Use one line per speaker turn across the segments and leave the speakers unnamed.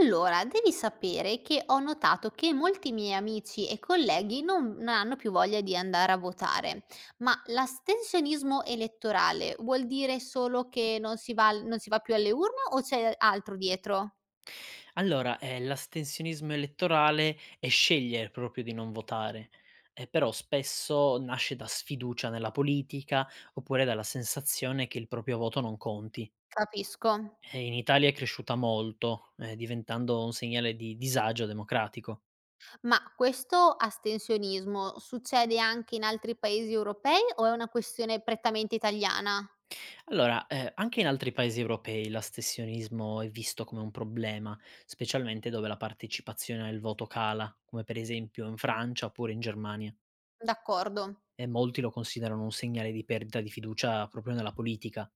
Allora, devi sapere che ho notato che molti miei amici e colleghi non hanno più voglia di andare a votare, ma l'astensionismo elettorale vuol dire solo che non si va più alle urne o c'è altro dietro?
Allora, l'astensionismo elettorale è scegliere proprio di non votare, però spesso nasce da sfiducia nella politica, oppure dalla sensazione che il proprio voto non conti.
Capisco.
In Italia è cresciuta molto, diventando un segnale di disagio democratico.
Ma questo astensionismo succede anche in altri paesi europei o è una questione prettamente italiana?
Allora, anche in altri paesi europei l'astensionismo è visto come un problema, specialmente dove la partecipazione al voto cala, come per esempio in Francia oppure in Germania.
D'accordo.
E molti lo considerano un segnale di perdita di fiducia proprio nella politica.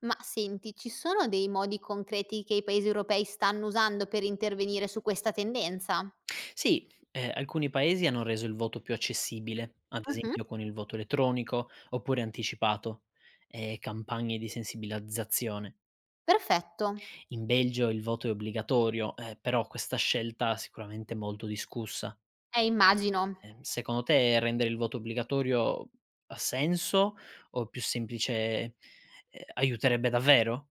Ma senti, ci sono dei modi concreti che i paesi europei stanno usando per intervenire su questa tendenza?
Sì, alcuni paesi hanno reso il voto più accessibile, ad
Mhm.
esempio con il voto elettronico oppure anticipato e campagne di sensibilizzazione.
Perfetto,
In Belgio il voto è obbligatorio, però questa scelta è sicuramente molto discussa.
immagino.
Secondo te rendere il voto obbligatorio ha senso o più semplice aiuterebbe davvero?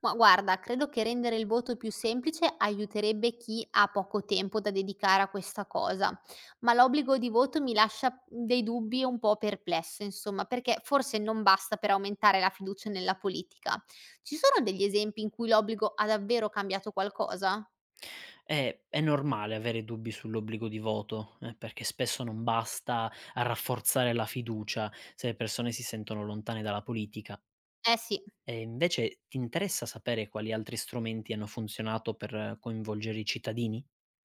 Ma guarda, credo che rendere il voto più semplice aiuterebbe chi ha poco tempo da dedicare a questa cosa, ma l'obbligo di voto mi lascia dei dubbi e un po' perplesso, insomma, perché forse non basta per aumentare la fiducia nella politica. Ci sono degli esempi in cui l'obbligo ha davvero cambiato qualcosa?
È normale avere dubbi sull'obbligo di voto, perché spesso non basta a rafforzare la fiducia se le persone si sentono lontane dalla politica.
Eh sì.
E invece ti interessa sapere quali altri strumenti hanno funzionato per coinvolgere i cittadini?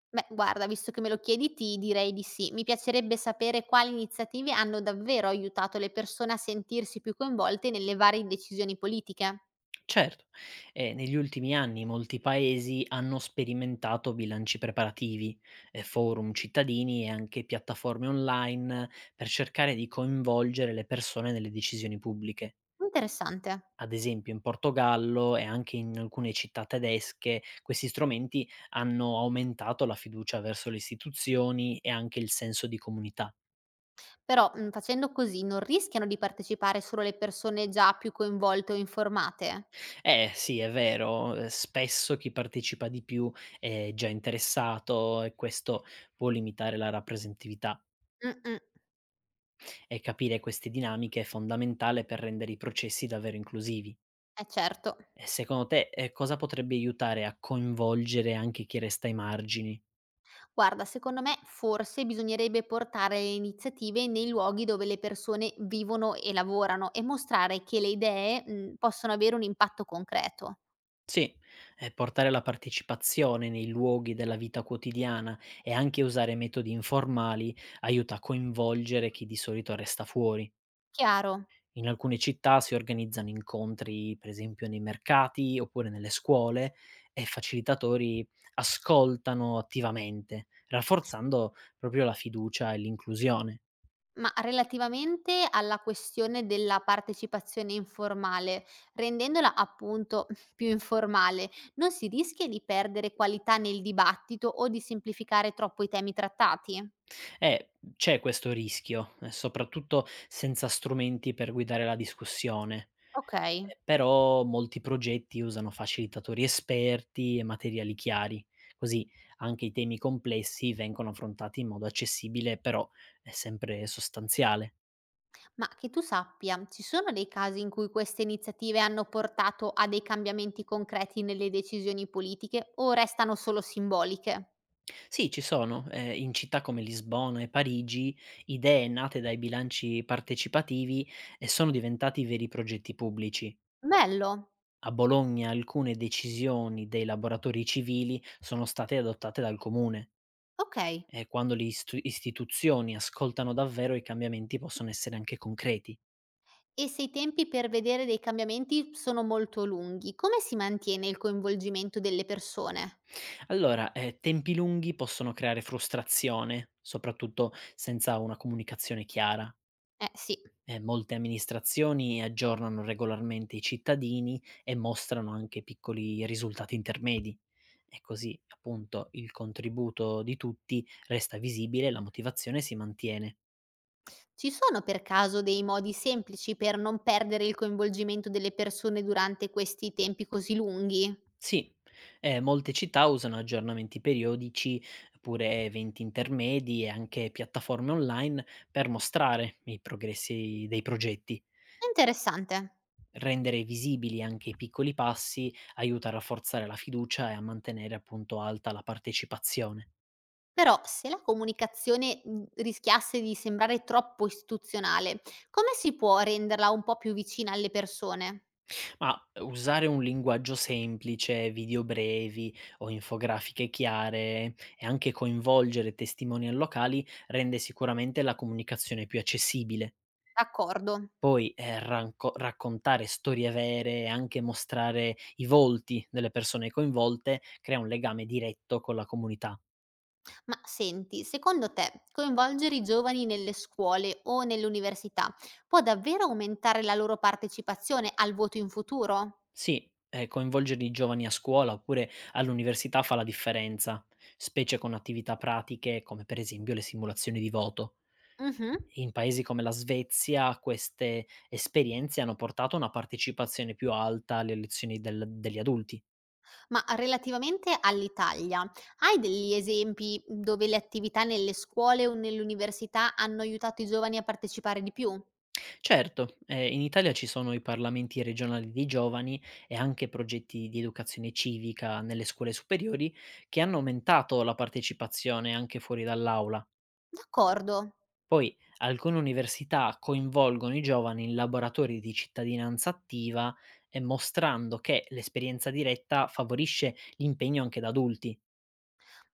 Beh, guarda, visto che me lo chiedi, ti direi di sì. Mi piacerebbe sapere quali iniziative hanno davvero aiutato le persone a sentirsi più coinvolte nelle varie decisioni politiche.
Certo, negli ultimi anni molti paesi hanno sperimentato bilanci preparativi, forum cittadini e anche piattaforme online per cercare di coinvolgere le persone nelle decisioni pubbliche.
Interessante.
Ad esempio in Portogallo e anche in alcune città tedesche, questi strumenti hanno aumentato la fiducia verso le istituzioni e anche il senso di comunità.
Però, facendo così, non rischiano di partecipare solo le persone già più coinvolte o informate?
Eh sì, è vero, spesso chi partecipa di più è già interessato e questo può limitare la rappresentatività
Mm-mm,
e capire queste dinamiche è fondamentale per rendere i processi davvero inclusivi.
è certo.
E secondo te, cosa potrebbe aiutare a coinvolgere anche chi resta ai margini?
Guarda, secondo me forse bisognerebbe portare le iniziative nei luoghi dove le persone vivono e lavorano e mostrare che le idee, possono avere un impatto concreto.
Sì, e portare la partecipazione nei luoghi della vita quotidiana e anche usare metodi informali aiuta a coinvolgere chi di solito resta fuori.
Chiaro.
In alcune città si organizzano incontri, per esempio, nei mercati oppure nelle scuole e facilitatori ascoltano attivamente, rafforzando proprio la fiducia e l'inclusione.
Ma relativamente alla questione della partecipazione informale, rendendola appunto più informale, non si rischia di perdere qualità nel dibattito o di semplificare troppo i temi trattati?
E c'è questo rischio, soprattutto senza strumenti per guidare la discussione.
Ok.
Però molti progetti usano facilitatori esperti e materiali chiari, così anche i temi complessi vengono affrontati in modo accessibile, però è sempre sostanziale.
Ma che tu sappia, ci sono dei casi in cui queste iniziative hanno portato a dei cambiamenti concreti nelle decisioni politiche o restano solo simboliche?
Sì, ci sono, in città come Lisbona e Parigi, idee nate dai bilanci partecipativi e sono diventati veri progetti pubblici.
Bello,
A Bologna alcune decisioni dei laboratori civili sono state adottate dal comune.
ok.
E quando le istu istituzioni ascoltano davvero i cambiamenti possono essere anche concreti.
E se i tempi per vedere dei cambiamenti sono molto lunghi, come si mantiene il coinvolgimento delle persone?
Allora, tempi lunghi possono creare frustrazione, soprattutto senza una comunicazione chiara.
Eh sì,
E molte amministrazioni aggiornano regolarmente i cittadini e mostrano anche piccoli risultati intermedi. E così, appunto, il contributo di tutti resta visibile e la motivazione si mantiene.
ci sono per caso dei modi semplici per non perdere il coinvolgimento delle persone durante questi tempi così lunghi?
Sì, molte città usano aggiornamenti periodici, oppure eventi intermedi e anche piattaforme online per mostrare i progressi dei progetti.
È interessante.
Rendere visibili anche i piccoli passi aiuta a rafforzare la fiducia e a mantenere appunto alta la partecipazione.
Però se la comunicazione rischiasse di sembrare troppo istituzionale, come si può renderla un po' più vicina alle persone?
Ma usare un linguaggio semplice, video brevi o infografiche chiare e anche coinvolgere testimonial locali rende sicuramente la comunicazione più accessibile.
D'accordo.
Poi, ranco raccontare storie vere, e anche mostrare i volti delle persone coinvolte, crea un legame diretto con la comunità.
Ma senti, secondo te coinvolgere i giovani nelle scuole o nell'università può davvero aumentare la loro partecipazione al voto in futuro?
Sì, coinvolgere i giovani a scuola oppure all'università fa la differenza, specie con attività pratiche come per esempio le simulazioni di voto.
Mhm.
In paesi come la Svezia queste esperienze hanno portato a una partecipazione più alta alle elezioni del degli adulti.
Ma relativamente all'Italia, hai degli esempi dove le attività nelle scuole o nell'università hanno aiutato i giovani a partecipare di più?
Certo, in Italia ci sono i parlamenti regionali dei giovani e anche progetti di educazione civica nelle scuole superiori che hanno aumentato la partecipazione anche fuori dall'aula.
D'accordo.
Poi alcune università coinvolgono i giovani in laboratori di cittadinanza attiva e mostrando che l'esperienza diretta favorisce l'impegno anche da adulti.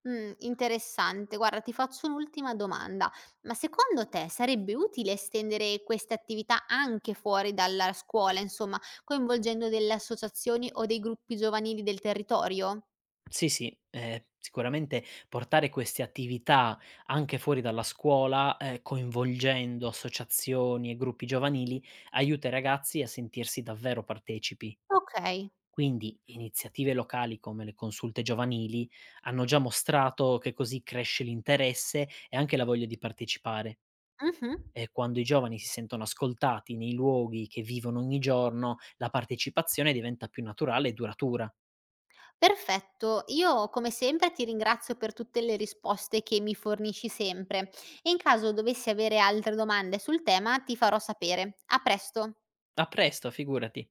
Interessante. Guarda, ti faccio un'ultima domanda: ma secondo te sarebbe utile estendere queste attività anche fuori dalla scuola, insomma, coinvolgendo delle associazioni o dei gruppi giovanili del territorio?
Sì, sì, sicuramente portare queste attività anche fuori dalla scuola, coinvolgendo associazioni e gruppi giovanili, aiuta i ragazzi a sentirsi davvero partecipi.
Okay.
Quindi iniziative locali come le consulte giovanili hanno già mostrato che così cresce l'interesse e anche la voglia di partecipare.
Mh-mh.
E quando i giovani si sentono ascoltati nei luoghi che vivono ogni giorno, la partecipazione diventa più naturale e duratura.
Perfetto. Io come sempre ti ringrazio per tutte le risposte che mi fornisci sempre e in caso dovessi avere altre domande sul tema ti farò sapere. A presto.
A presto, figurati.